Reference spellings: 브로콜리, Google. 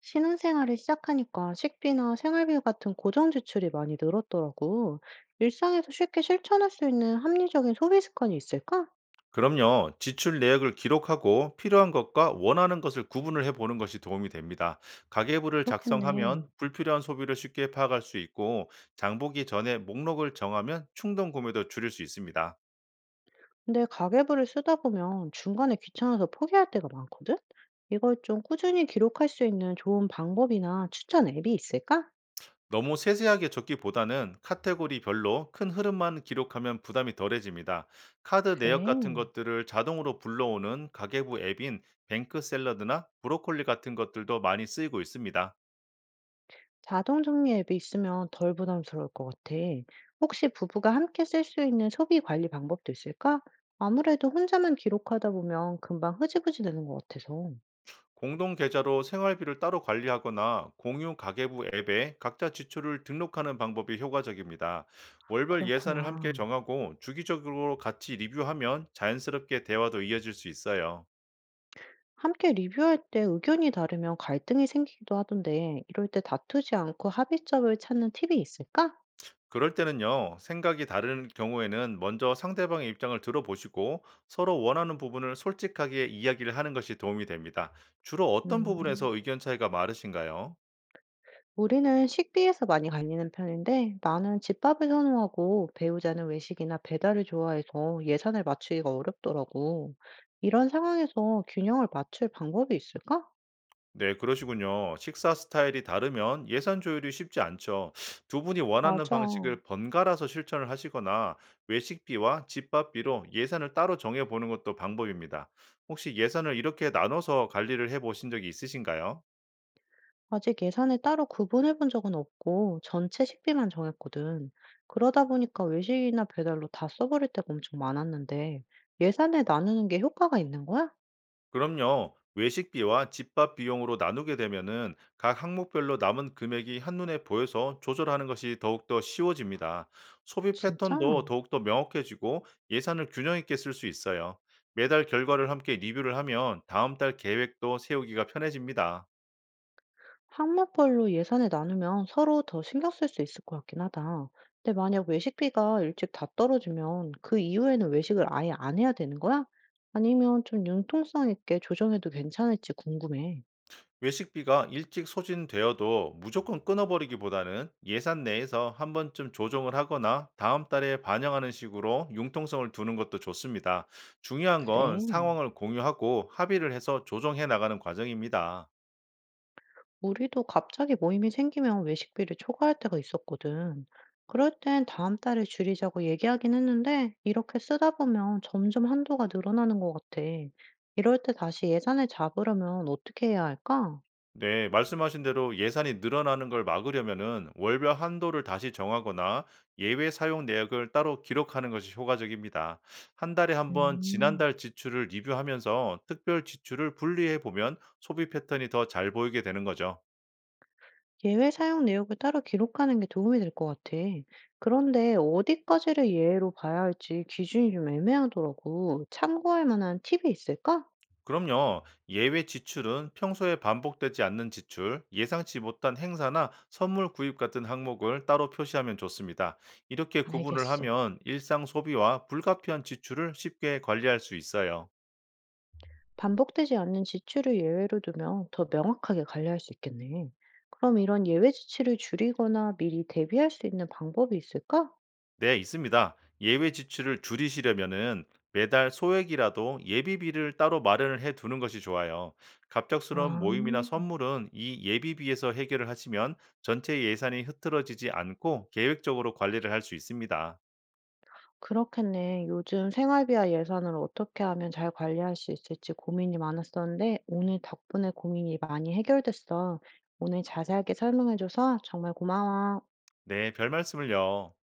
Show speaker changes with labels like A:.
A: 신혼생활을 시작하니까 식비나 생활비 같은 고정 지출이 많이 늘었더라고. 일상에서 쉽게 실천할 수 있는 합리적인 소비 습관이 있을까?
B: 그럼요. 지출 내역을 기록하고 필요한 것과 원하는 것을 구분을 해보는 것이 도움이 됩니다. 가계부를
A: 그렇겠네.
B: 작성하면 불필요한 소비를 쉽게 파악할 수 있고 장보기 전에 목록을 정하면 충동 구매도 줄일 수 있습니다.
A: 근데 가계부를 쓰다 보면 중간에 귀찮아서 포기할 때가 많거든? 이걸 좀 꾸준히 기록할 수 있는 좋은 방법이나 추천 앱이 있을까?
B: 너무 세세하게 적기보다는 카테고리별로 큰 흐름만 기록하면 부담이 덜해집니다. 카드 내역 같은
A: 그래.
B: 것들을 자동으로 불러오는 가계부 앱인 뱅크 샐러드나 브로콜리 같은 것들도 많이 쓰이고 있습니다.
A: 자동 정리 앱이 있으면 덜 부담스러울 것 같아. 혹시 부부가 함께 쓸 수 있는 소비 관리 방법도 있을까? 아무래도 혼자만 기록하다 보면 금방 흐지부지 되는 것 같아서.
B: 공동 계좌로 생활비를 따로 관리하거나 공유 가계부 앱에 각자 지출을 등록하는 방법이 효과적입니다. 월별 예산을 함께
A: 그렇구나.
B: 정하고 주기적으로 같이 리뷰하면 자연스럽게 대화도 이어질 수 있어요.
A: 함께 리뷰할 때 의견이 다르면 갈등이 생기기도 하던데, 이럴 때 다투지 않고 합의점을 찾는 팁이 있을까?
B: 그럴 때는요, 생각이 다른 경우에는 먼저 상대방의 입장을 들어보시고 서로 원하는 부분을 솔직하게 이야기를 하는 것이 도움이 됩니다. 주로 어떤
A: 음.
B: 부분에서 의견 차이가 많으신가요?
A: 우리는 식비에서 많이 갈리는 편인데 나는 집밥을 선호하고 배우자는 외식이나 배달을 좋아해서 예산을 맞추기가 어렵더라고. 이런 상황에서 균형을 맞출 방법이 있을까?
B: 네, 그러시군요. 식사 스타일이 다르면 예산 조율이 쉽지 않죠. 두 분이 원하는
A: 맞아.
B: 방식을 번갈아서 실천을 하시거나 외식비와 집밥비로 예산을 따로 정해 보는 것도 방법입니다. 혹시 예산을 이렇게 나눠서 관리를 해 보신 적이 있으신가요?
A: 아직 예산을 따로 구분해 본 적은 없고 전체 식비만 정했거든. 그러다 보니까 외식이나 배달로 다 써버릴 때가 엄청 많았는데 예산을 나누는 게 효과가 있는 거야?
B: 그럼요. 외식비와 집밥 비용으로 나누게 되면은 각 항목별로 남은 금액이 한눈에 보여서 조절하는 것이 더욱더 쉬워집니다. 소비
A: 진짜?
B: 패턴도 더욱더 명확해지고 예산을 균형 있게 쓸 수 있어요. 매달 결과를 함께 리뷰를 하면 다음 달 계획도 세우기가 편해집니다.
A: 항목별로 예산을 나누면 서로 더 신경 쓸 수 있을 것 같긴 하다. 근데 만약 외식비가 일찍 다 떨어지면 그 이후에는 외식을 아예 안 해야 되는 거야? 아니면 좀 융통성 있게 조정해도 괜찮을지 궁금해.
B: 외식비가 일찍 소진되어도 무조건 끊어버리기보다는 예산 내에서 한 번쯤 조정을 하거나 다음 달에 반영하는 식으로 융통성을 두는 것도 좋습니다. 중요한 건
A: 그래.
B: 상황을 공유하고 합의를 해서 조정해 나가는 과정입니다.
A: 우리도 갑자기 모임이 생기면 외식비를 초과할 때가 있었거든. 그럴 땐 다음 달에 줄이자고 얘기하긴 했는데, 이렇게 쓰다 보면 점점 한도가 늘어나는 것 같아. 이럴 때 다시 예산을 잡으려면 어떻게 해야 할까?
B: 네, 말씀하신 대로 예산이 늘어나는 걸 막으려면은 월별 한도를 다시 정하거나 예외 사용 내역을 따로 기록하는 것이 효과적입니다. 한 달에 한 번
A: 음.
B: 지난달 지출을 리뷰하면서 특별 지출을 분리해 보면 소비 패턴이 더 잘 보이게 되는 거죠.
A: 예외 사용 내역을 따로 기록하는 게 도움이 될 것 같아. 그런데 어디까지를 예외로 봐야 할지 기준이 좀 애매하더라고. 참고할 만한 팁이 있을까?
B: 그럼요, 예외 지출은 평소에 반복되지 않는 지출, 예상치 못한 행사나 선물 구입 같은 항목을 따로 표시하면 좋습니다. 이렇게 구분을
A: 알겠어.
B: 하면 일상 소비와 불가피한 지출을 쉽게 관리할 수 있어요.
A: 반복되지 않는 지출을 예외로 두면 더 명확하게 관리할 수 있겠네. 그럼 이런 예외 지출을 줄이거나 미리 대비할 수 있는 방법이 있을까?
B: 네, 있습니다. 예외 지출을 줄이시려면은 매달 소액이라도 예비비를 따로 마련을 해 두는 것이 좋아요. 갑작스러운
A: 아.
B: 모임이나 선물은 이 예비비에서 해결을 하시면 전체 예산이 흐트러지지 않고 계획적으로 관리를 할 수 있습니다.
A: 그렇겠네. 요즘 생활비와 예산을 어떻게 하면 잘 관리할 수 있을지 고민이 많았었는데, 오늘 덕분에 고민이 많이 해결됐어. 오늘 자세하게 설명해줘서 정말 고마워.
B: 네, 별 말씀을요.